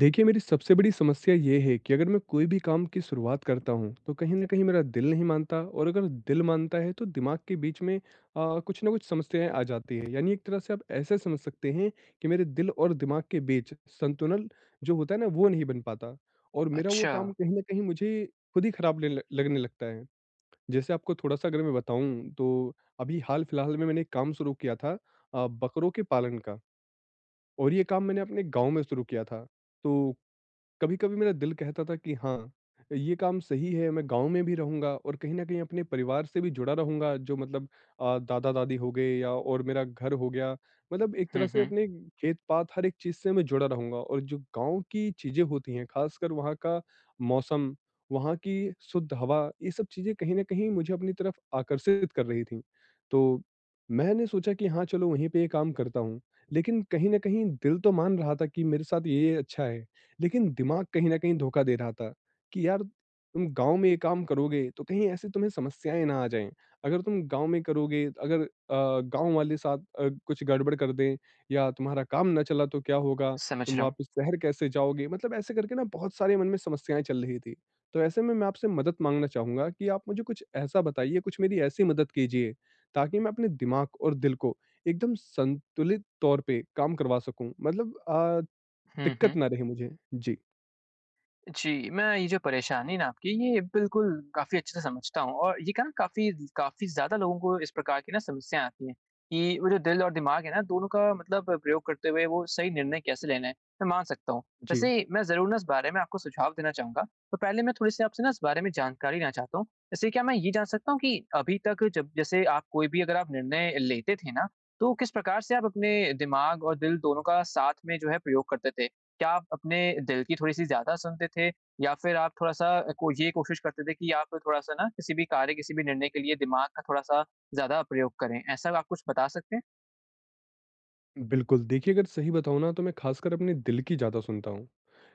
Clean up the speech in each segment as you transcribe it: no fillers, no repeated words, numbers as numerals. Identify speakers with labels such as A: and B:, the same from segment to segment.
A: देखिए, मेरी सबसे बड़ी समस्या ये है कि अगर मैं कोई भी काम की शुरुआत करता हूँ, तो कहीं न कहीं मेरा दिल नहीं मानता और अगर दिल मानता है, तो दिमाग के बीच में कुछ ना कुछ समस्याएँ आ जाती हैं। यानी एक तरह से आप ऐसे समझ सकते हैं कि मेरे दिल और दिमाग के बीच संतुलन जो होता है ना, वो नहीं बन पाता और मेरा वो
B: अच्छा।
A: काम कहीं न कहीं मुझे खुद ही खराब ल लगने लगता है। जैसे आपको थोड़ा-सा अगर मैं बताऊँ, तो अभी हाल-फिलहाल में मैंने एक काम शुरू किया था बकरों के पालन का और ये काम मैंने अपने गाँव में शुरू किया था। तो कभी-कभी मेरा दिल कहता था कि हाँ, ये काम सही है, मैं गाँव में भी रहूँगा और कहीं न कहीं अपने परिवार से भी जुड़ा रहूँगा, जो मतलब दादा-दादी हो गए या और मेरा घर हो गया। मतलब एक
B: हुँ,
A: तरह से
B: हुँ।
A: अपने खेत-पात हर एक चीज़ से मैं जुड़ा रहूँगा और जो गाँव की चीज़ें होती हैं, खासकर वहाँ का मौसम, वहाँ की शुद्ध हवा, ये सब चीज़ें कहीं न कहीं मुझे अपनी तरफ आकर्षित कर रही थीं। तो मैंने सोचा कि हाँ, चलो वहीं पे ये काम करता हूँ, लेकिन कहीं न कहीं दिल तो मान रहा था कि मेरे साथ ये अच्छा है। लेकिन दिमाग कहीं न कहीं धोखा दे रहा था कि यार तुम गाँव में ये काम करोगे तो कहीं ऐसी तुम्हें समस्याएँ ना आ जाएँ। अगर तुम गाँव में करोगे अगर गाँव वाले साथ कुछ गड़बड़ कर दें या तुम्हारा काम ना चला तो क्या होगा?
B: समझ
A: तुम
B: रहा हूँ।
A: वापस शहर कैसे जाओगे? मतलब ऐसे करके ना बहुत सारे मन में समस्याएँ चल रही थी। तो ऐसे में मैं आपसे मदद माँगना चाहूँगा कि आप मुझे कुछ ऐसा बताइए, कुछ मेरी ऐसी मदद कीजिए ताकि मैं अपने दिमाग और दिल को एकदम संतुलित तौर पे काम करवा सकूँ। मतलब
B: हुँ,
A: दिक्कत
B: हुँ।
A: ना रहे मुझे। जी।
B: जी, मैं ये जो परेशानी ना आपकी ये बिल्कुल काफ़ी अच्छे से समझता हूँ और ये क्या ना काफ़ी काफ़ी ज़्यादा लोगों को इस प्रकार की ना समस्याएँ आती हैं, कि वो जो दिल और दिमाग है ना दोनों का मतलब प्रयोग करते हुए वो सही निर्णय कैसे लेना है, मैं मान सकता हूँ।
A: जी,
B: वैसे मैं ज़रूर ना इस बारे में आपको सुझाव देना चाहूँगा, तो पहले मैं थोड़ी-सी आपसे ना इस बारे में जानकारी लेना चाहता हूँ। जैसे क्या मैं ये जान सकता हूँ कि अभी तक जब जैसे आप कोई भी अगर आप निर्णय लेते थे ना, तो किस प्रकार से आप अपने दिमाग और दिल दोनों का साथ में जो है प्रयोग करते थे? क्या आप अपने दिल की थोड़ी-सी ज़्यादा सुनते थे या फिर आप थोड़ा-सा को ये कोशिश करते थे कि आप थोड़ा-सा ना किसी भी कार्य, किसी भी निर्णय के लिए दिमाग का थोड़ा-सा ज़्यादा प्रयोग करें? ऐसा आप कुछ बता सकते हैं?
A: बिल्कुल। देखिए, अगर सही बताऊँ ना, तो मैं ख़ासकर अपने दिल की ज़्यादा सुनता हूँ।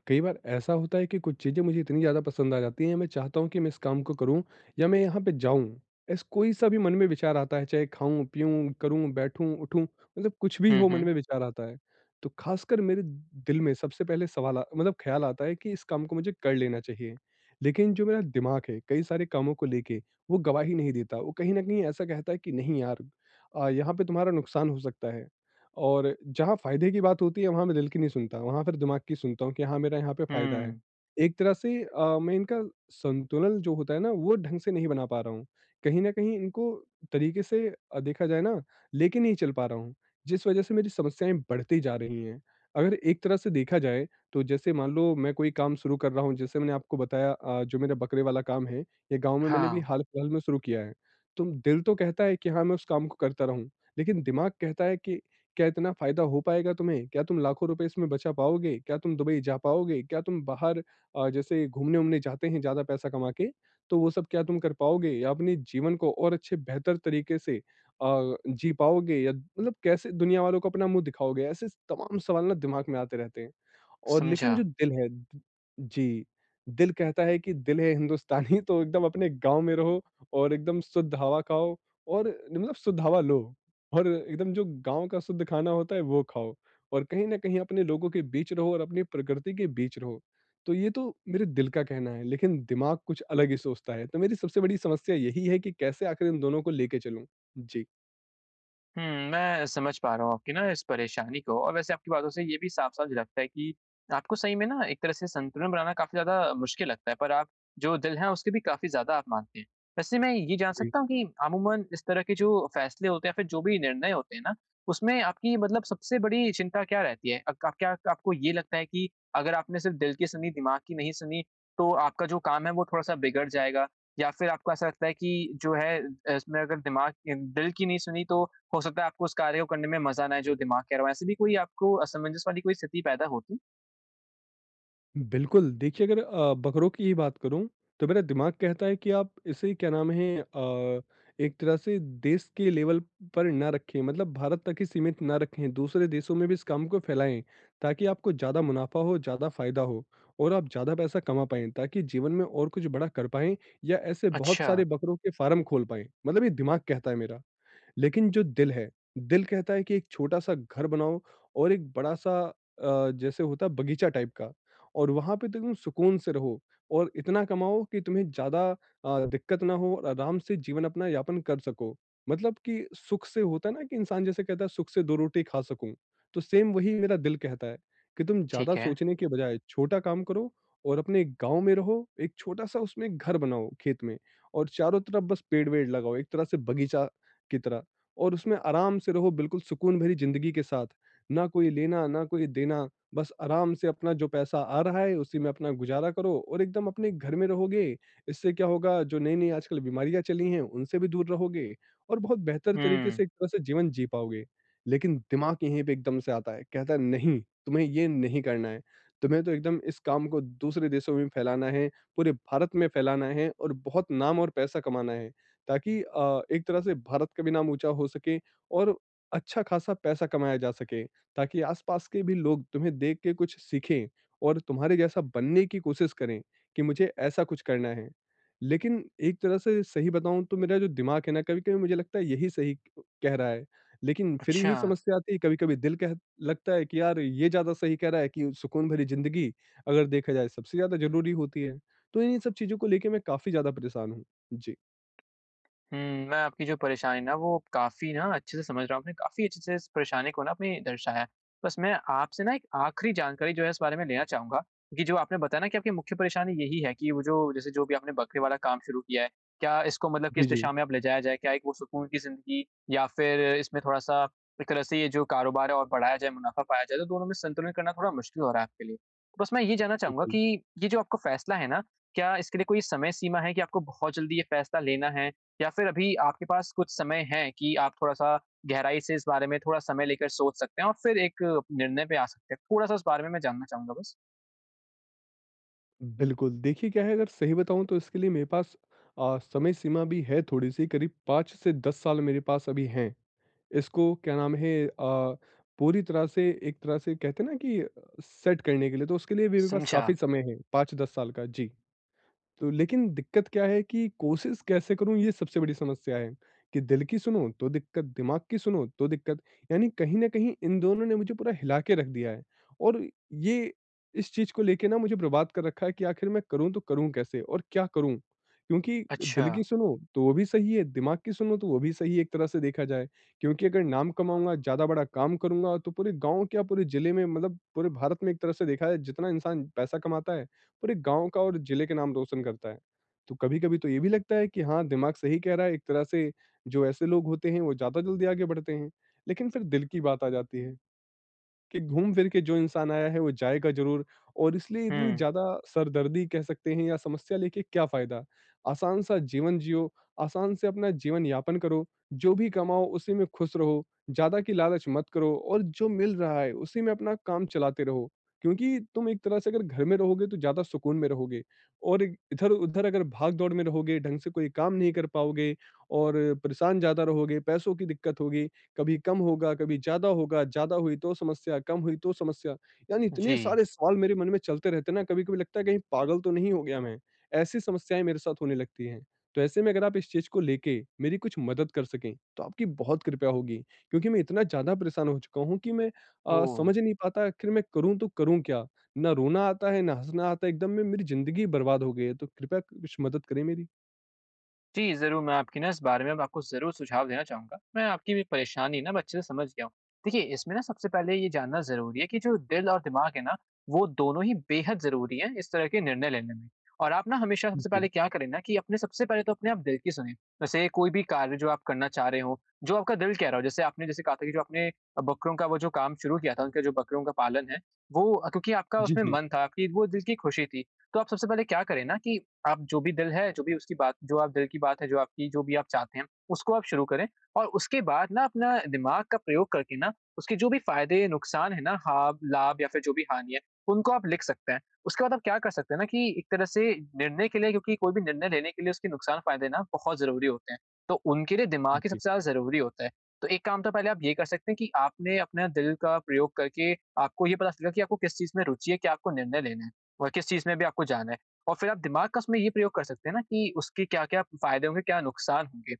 A: कई बार ऐसा होता है कि कुछ चीज़ें मुझे इतनी ज़्यादा पसंद आ जाती हैं, मैं चाहता हूँ कि मैं इस काम को करूँ या मैं यहाँ पे जाऊँ। ऐस कोई-सा भी मन में विचार आता है, चाहे खाऊँ, पीऊँ, करूँ, बैठूँ, उठूँ, मतलब कुछ भी
B: हुँ,
A: हो मन
B: हुँ।
A: में विचार आता है। तो ख़ासकर मेरे दिल में सबसे पहले सवाल आ मतलब ख़्याल आता है कि इस काम को मुझे कर लेना चाहिए। लेकिन जो मेरा दिमाग है, कई सारे कामों को लेके, वो गवाही नहीं देता। वो कहीं न कहीं ऐसा कहता है कि नहीं यार यहाँ पे तुम्हारा नुकसान हो सकता है। और जहाँ फ़ायदे की बात होती है वहाँ मैं दिल की नहीं सुनता, वहाँ फिर दिमाग की सुनता हूँ कि हाँ, मेरा यहाँ पे फ़ायदा है।
B: हुँ।
A: एक तरह से मैं इनका संतुलन जो होता है ना वो ढंग से नहीं बना पा रहा हूँ। कहीं न कहीं इनको तरीके से देखा जाए ना लेके नहीं चल पा रहा हूँ, जिस वज़ह से मेरी समस्याएँ बढ़ती जा रही हैं। अगर एक तरह से देखा जाए तो जैसे मान लो मैं कोई काम शुरू कर रहा हूँ, जैसे मैंने आपको बताया जो मेरा बकरे वाला काम है, ये गाँव में मैंने भी
B: हाँ,
A: हाल-फिलहाल में शुरू किया है। तो दिल तो कहता है कि हाँ, मैं उस काम को करता रहूँ, लेकिन दिमाग कहता है कि क्या इतना फ़ायदा हो पाएगा तुम्हें? क्या तुम लाखों रुपए इसमें बचा पाओगे? क्या तुम दुबई जा पाओगे? क्या तुम बाहर जैसे घूमने-वूमने जाते हैं ज़्यादा पैसा कमा के, तो वो सब क्या तुम कर पाओगे? या अपने जीवन को और अच्छे बेहतर तरीके से जी पाओगे या मतलब कैसे दुनिया वालों को अपना मुँह दिखाओगे? ऐसे तमाम सवाल ना दिमाग में आते रहते हैं। और लेकिन
B: समझा।
A: जो दिल है जी, दिल कहता है कि दिल है हिंदुस्तानी तो एकदम अपने गाँव में रहो और एकदम शुद्ध हवा खाओ और मतलब शुद्ध हवा लो और एकदम जो गाँव का शुद्ध खाना होता है वो खाओ और कहीं न कहीं अपने लोगों के बीच रहो और अपनी प्रकृति के बीच रहो। तो ये तो मेरे दिल का कहना है, लेकिन दिमाग कुछ अलग ही सोचता है। तो मेरी सबसे बड़ी समस्या यही है कि कैसे आखिर इन दोनों को लेके चलूँ? जी।
B: हुँ, मैं समझ पा रहा हूँ आपकी ना इस परेशानी को और वैसे आपकी बातों से ये भी साफ-साफ लगता है कि आपको सही में ना एक तरह से संतुलन बनाना काफ़ी ज़्यादा मुश्किल लगता है, पर आप जो दिल है उसकी भी काफ़ी ज़्यादा आप मानते हैं। वैसे मैं ये जान
A: जी
B: सकता हूँ कि अमूमन इस तरह के जो फैसले होते हैं या फिर जो भी निर्णय होते हैं ना, उसमें आपकी मतलब सबसे बड़ी चिंता क्या रहती है? अक आप क्या आपको ये लगता है कि अगर आपने सिर्फ दिल की सुनी, दिमाग की नहीं सुनी, तो आपका जो काम है वो थोड़ा-सा बिगड़ जाएगा या फिर आपको ऐसा लगता है कि जो है इसमें अगर दिमाग दिल की नहीं सुनी तो हो सकता है आपको उस कार्य को करने में मज़ा ना आए जो दिमाग कह रहा हो। ऐसी भी कोई आपको असमंजस वाली कोई स्थिति पैदा होती?
A: बिल्कुल, देखिए अगर बकरों की ही बात करूँ, तो मेरा दिमाग कहता है कि आप इसे क्या नाम है एक तरह से देश के लेवल पर ना रखें, मतलब भारत तक ही सीमित ना रखें, दूसरे देशों में भी इस काम को फैलाएँ, ताकि आपको ज़्यादा मुनाफ़ा हो, ज़्यादा फ़ायदा हो और आप ज़्यादा पैसा कमा पाएँ, ताकि जीवन में और कुछ बड़ा कर पाएँ या ऐसे बहुत
B: अच्छा,
A: सारे बकरों के फ़ार्म खोल पाएँ, मतलब ये दिमाग कहता है मेरा। लेकिन जो दिल है, दिल कहता है कि एक छोटा-सा घर बनाओ और एक बड़ा-सा जैसे होता है बगीचा टाइप का और वहाँ पे तो तुम सुकून से रहो और इतना कमाओ कि तुम्हें ज़्यादा दिक्कत ना हो और आराम से जीवन अपना यापन कर सको। मतलब कि सुख से होता है ना कि इंसान जैसे कहता है सुख से 2 रोटी खा सकूँ, तो सेम वही मेरा दिल कहता है कि तुम
B: ठीक
A: ज़्यादा
B: है।
A: सोचने के बजाय छोटा काम करो और अपने गाँव में रहो, एक छोटा-सा उसमें घर बनाओ खेत में और चारों तरफ बस पेड़-वेड़ लगाओ, एक तरह से बगीचा की तरह। और उसमें आराम से रहो बिल्कुल सुकून भरी ज़िंदगी के साथ। ना कोई लेना, ना कोई देना, बस आराम से अपना जो पैसा आ रहा है उसी में अपना गुज़ारा करो और एकदम अपने घर में रहोगे। इससे क्या होगा जो नई-नई आजकल बीमारियाँ चली हैं उनसे भी दूर रहोगे और बहुत बेहतर तरीके
B: हुँ,
A: से एक तरह से जीवन जी पाओगे। लेकिन दिमाग यहीं पे एकदम से आता है, कहता है नहीं, तुम्हें ये नहीं करना है। तुम्हें तो एकदम इस काम को दूसरे देशों में फैलाना है, पूरे भारत में फैलाना है और बहुत नाम और पैसा कमाना है। ताकि एक तरह से भारत का भी नाम ऊँचा हो सके और अच्छा खासा पैसा कमाया जा सके, ताकि आस-पास के भी लोग तुम्हें देख के कुछ सीखें और तुम्हारे जैसा बनने की कोशिश करें कि मुझे ऐसा कुछ करना है। लेकिन एक तरह से सही बताऊँ तो मेरा जो दिमाग है ना कभी-कभी मुझे लगता है यही सही कह रहा है, लेकिन फिर
B: अच्छा।
A: यही समस्या आती है कभी-कभी दिल कह लगता है कि यार ये ज़्यादा सही कह रहा है कि सुकून भरी ज़िंदगी अगर देखा जाए सबसे ज़्यादा ज़रूरी होती है। तो इन्हीं सब चीज़ों को लेके मैं काफ़ी ज़्यादा परेशान हूँ। जी।
B: हुँ, मैं आपकी जो परेशानी ना वो काफ़ी ना अच्छे से समझ रहा हूँ। आपने काफ़ी अच्छे से इस परेशानी को ना आपने दर्शाया है। बस मैं आपसे ना एक आखिरी जानकारी जो है इस बारे में लेना चाहूँगा कि जो आपने बताया ना कि आपकी मुख्य परेशानी यही है कि वो जो जैसे जो भी आपने बकरे वाला काम शुरू किया है, क्या इसको मतलब
A: जी,
B: किस
A: जी।
B: दिशा में आप ले जाया जाए? क्या एक वो सुकून की ज़िंदगी या फिर इसमें थोड़ा-सा एक तरह से ये जो कारोबार है और बढ़ाया जाए, मुनाफ़ा पाया जाए? तो दोनों में संतुलन करना थोड़ा मुश्किल हो रहा है आपके लिए। बस मैं ये जानना चाहूँगा
A: बिल्कुल,
B: कि ये जो आपका फ़ैसला है ना, क्या इसके लिए कोई समय सीमा है कि आपको बहुत जल्दी ये फ़ैसला लेना है या फिर अभी आपके पास कुछ समय है कि आप थोड़ा-सा गहराई से इस बारे में थोड़ा समय लेकर सोच सकते हैं और फिर एक निर्णय पे आ सकते हैं? थोड़ा-सा उस बारे में मैं जानना चाहूँगा बस।
A: बिल्कुल। देखिए क्या है अगर सही बताऊँ तो इसके लिए मेरे पास समय सीमा भी है थोड़ी-सी करीब 5 से 10 साल मेरे पास अभी हैं। इसको क्या नाम है पूरी तरह से एक तरह से कहते हैं ना कि सेट करने के लिए तो उसके लिए भी मेरे पास
B: समझा।
A: काफ़ी समय है, 5-10 साल का। जी। तो लेकिन दिक्कत क्या है कि कोशिश कैसे करूँ ये सबसे बड़ी समस्या है, कि दिल की सुनो तो दिक्कत, दिमाग की सुनो तो दिक्कत, यानी कहीं न कहीं इन दोनों ने मुझे पूरा हिला के रख दिया है। और ये इस चीज़ को लेके ना मुझे बर्बाद कर रखा है कि आखिर मैं करूँ तो करूँ कैसे और क्या करूँ? क्योंकि
B: अच्छा।
A: दिल की सुनो तो वो भी सही है, दिमाग की सुनो तो वो भी सही है एक तरह से देखा जाए। क्योंकि अगर नाम कमाऊँगा, ज़्यादा बड़ा काम करूँगा तो पूरे गाँव क्या पूरे ज़िले में मतलब पूरे भारत में एक तरह से देखा जाए जितना इंसान पैसा कमाता है पूरे गाँव का और जिले के नाम रोशन करता है। तो कभी-कभी तो ये भी लगता है कि हाँ, दिमाग सही कह रहा है एक तरह से जो ऐसे लोग होते हैं वो ज़्यादा जल्दी आगे बढ़ते हैं। लेकिन फिर दिल की बात आ जाती है। कि घूम फिर के जो इंसान आया है वो जाएगा ज़रूर और इसलिए इतनी
B: हुँ।
A: ज़्यादा सरदर्दी कह सकते हैं या समस्या लेके क्या फ़ायदा? आसान सा जीवन जियो, आसान से अपना जीवन यापन करो, जो भी कमाओ उसी में खुश रहो, ज़्यादा की लालच मत करो और जो मिल रहा है उसी में अपना काम चलाते रहो। क्योंकि तुम एक तरह से अगर घर में रहोगे तो ज़्यादा सुकून में रहोगे और इधर-उधर अगर भाग-दौड़ में रहोगे, ढंग से कोई काम नहीं कर पाओगे और परेशान ज़्यादा रहोगे, पैसों की दिक्कत होगी। कभी कम होगा, कभी ज़्यादा होगा, ज़्यादा हुई तो समस्या, कम हुई तो समस्या। यानी
B: जी।
A: इतने सारे सवाल मेरे मन में चलते रहते हैं ना, कभी-कभी लगता है कहीं पागल तो नहीं हो गया मैं? ऐसी समस्याएँ मेरे साथ होने लगती हैं। तो ऐसे में अगर आप इस चीज़ को लेके मेरी कुछ मदद कर सकें, तो आपकी बहुत कृपया होगी। क्योंकि मैं इतना ज़्यादा परेशान हो चुका हूँ कि मैं
B: ओह!
A: समझ नहीं पाता आखिर मैं करूँ तो करूँ क्या? ना रोना आता है, ना हँसना आता है, एकदम में मेरी ज़िंदगी बर्बाद हो गई है। तो कृपया कुछ मदद करें मेरी।
B: जी, ज़रूर मैं आपकी ना इस बारे में अब आपको ज़रूर सुझाव देना चाहूँगा। मैं आपकी भी परेशानी ना अब अच्छे से समझ गया हूँ। देखिए, इसमें ना सबसे पहले ये जानना ज़रूरी है कि जो दिल और दिमाग है ना, वो दोनों ही बेहद ज़रूरी हैं इस तरह के निर्णय लेने में। और आप ना हमेशा सबसे पहले
A: जी।
B: क्या करें ना कि अपने सबसे पहले तो अपने आप दिल की सुनें। वैसे कोई भी कार्य जो आप करना चाह रहे हो, जो आपका दिल कह रहा हो, जैसे आपने जैसे कहा था कि जो आपने बकरों का वो जो काम शुरू किया था, उनका जो बकरियों का पालन है, वो क्योंकि आपका
A: जी,
B: उसमें
A: जी।
B: मन था, आपकी वो दिल की खुशी थी। तो आप सबसे पहले क्या करें ना कि आप जो भी दिल है, जो भी उसकी बात जो आप दिल की बात है, जो आपकी जो भी आप चाहते हैं, उसको आप शुरू करें और उसके बाद ना अपना दिमाग का प्रयोग करके ना, उसके जो भी फ़ायदे, नुकसान है ना, हाब लाभ या फिर जो भी हानि है, उनको आप लिख सकते हैं। उसके बाद आप क्या कर सकते हैं ना कि एक तरह से निर्णय के लिए क्योंकि कोई भी निर्णय लेने के लिए उसके नुकसान-फ़ायदे ना बहुत ज़रूरी होते हैं, तो उनके लिए दिमाग ही
A: जी।
B: सबसे ज़्यादा ज़रूरी होता है। तो एक काम तो पहले आप ये कर सकते हैं कि आपने अपना दिल का प्रयोग करके आपको ये पता चलेगा कि आपको किस चीज़ में रुचि है, कि आपको निर्णय लेना है। और किस चीज़ में भी आपको जाना है। और फिर आप दिमाग का उसमें ये प्रयोग कर सकते हैं ना कि उसके क्या-क्या फ़ायदे होंगे, क्या नुकसान होंगे।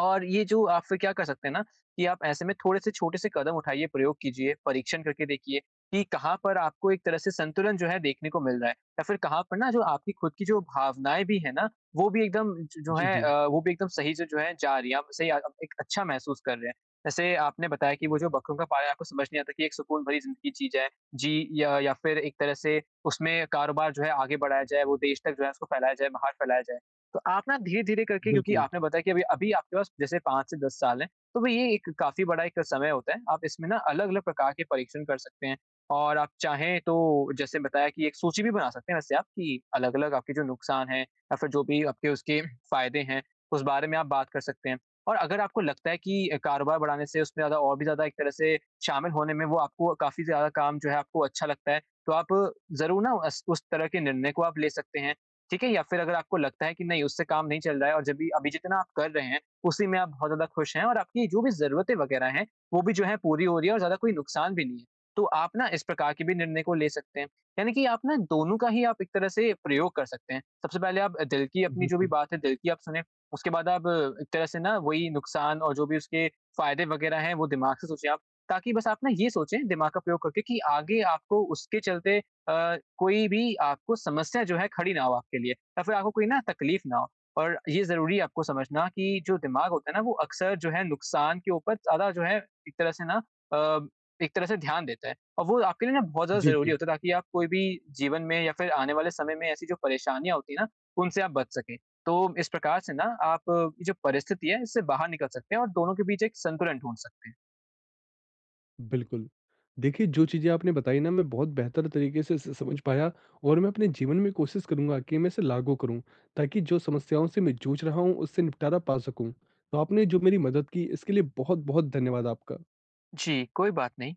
B: और ये जो आप फिर क्या कर सकते हैं ना कि आप ऐसे में थोड़े-से छोटे-से कदम उठाइए, प्रयोग कीजिए, परीक्षण करके देखिए कि कहाँ पर आपको एक तरह से संतुलन जो है देखने को मिल रहा है या फिर कहाँ पर ना जो आपकी खुद की जो भावनाएँ भी हैं ना, वो भी एकदम ज जो
A: जी,
B: है,
A: जी।
B: वो भी एकदम सही से जो है जा रही है, आप एक अच्छा महसूस कर रहे हैं। जैसे आपने बताया कि वो जो बकरियों का पालन आपको समझ नहीं आता कि एक सुकून भरी ज़िंदगी जी जाए, जी, या फिर एक तरह से उसमें कारोबार जो है आगे बढ़ाया जाए, वो देश तक जो है उसको फैलाया जाए, बाहर फैलाया जाए। तो आप ना धीरे-धीरे करके क्योंकि
A: बिल्कुल,
B: आपने बताया कि अभी अभी आपके पास जैसे 5 से 10 साल हैं, तो वो ये एक काफ़ी बड़ा एक समय होता है। आप इसमें ना अलग-अलग प्रकार के परीक्षण कर सकते हैं और आप चाहें तो जैसे बताया कि एक सूची भी बना सकते हैं वैसे आप कि अलग-अलग आपके जो नुकसान हैं या फिर जो भी आपके उसके फ़ायदे हैं, उस बारे में आप बात कर सकते हैं। और अगर आपको लगता है कि कारोबार बढ़ाने से उसमें ज़्यादा और भी ज़्यादा एक तरह से शामिल होने में वो आपको काफ़ी ज़्यादा काम जो है आपको अच्छा लगता है, तो आप ज़रूर ना अस उस तरह के निर्णय को आप ले सकते हैं। ठीक है? या फिर अगर आपको लगता है कि नहीं उससे काम नहीं चल रहा है और जब भी अभी जितना आप कर रहे हैं, उसी में आप बहुत ज़्यादा खुश हैं और आपकी जो भी ज़रूरतें वग़ैरह हैं, वो भी जो है पूरी हो रही है और ज़्यादा कोई नुकसान भी नहीं है। तो आप ना इस प्रकार के भी निर्णय को ले सकते हैं। यानी कि आप ना दोनों का ही आप एक तरह से प्रयोग कर सकते हैं। सबसे पहले आप दिल की अपनी जो भी
A: बिल्कुल।
B: बात है, दिल की आप सुनें। उसके बाद आप एक तरह से ना वही नुकसान और जो भी उसके फ़ायदे वग़ैरह हैं, वो दिमाग से सोचें आप। ताकि बस आप ना ये सोचें दिमाग का प्रयोग करके कि आगे आपको उसके चलते कोई भी आपको समस्या जो है खड़ी ना हो आपके लिए या फिर आपको कोई ना तकलीफ ना हो। और ये ज़रूरी है आपको समझना कि जो दिमाग होता है ना वो अक्सर जो है नुकसान के ऊपर ज़्यादा जो है एक तरह से ना अ, एक तरह से ध्यान देता है। और वो आपके लिए ना बहुत ज़्यादा
A: जी,
B: ज़रूरी
A: जी।
B: होता है ताकि आप कोई भी जीवन में या फिर आने वाले समय में ऐसी जो परेशानियाँ होती हैं ना, उनसे आप बच सकें। तो इस प्रकार से ना आप ये जो परिस्थिति है इससे बाहर निकल सकते हैं और दोनों के बीच एक संतुलन ढूँढ सकते हैं।
A: बिल्कुल। देखिए, जो चीज़ें आपने बताई ना मैं बहुत बेहतर तरीके से स समझ पाया और मैं अपने जीवन में कोशिश करूँगा कि मैं इसे लागू करूँ, ताकि जो समस्याओं से मैं जूझ रहा हूँ उससे निपटारा पा सकूँ। तो आपने जो मेरी मदद की इसके लिए बहुत-बहुत धन्यवाद आपका।
B: जी, कोई बात नहीं।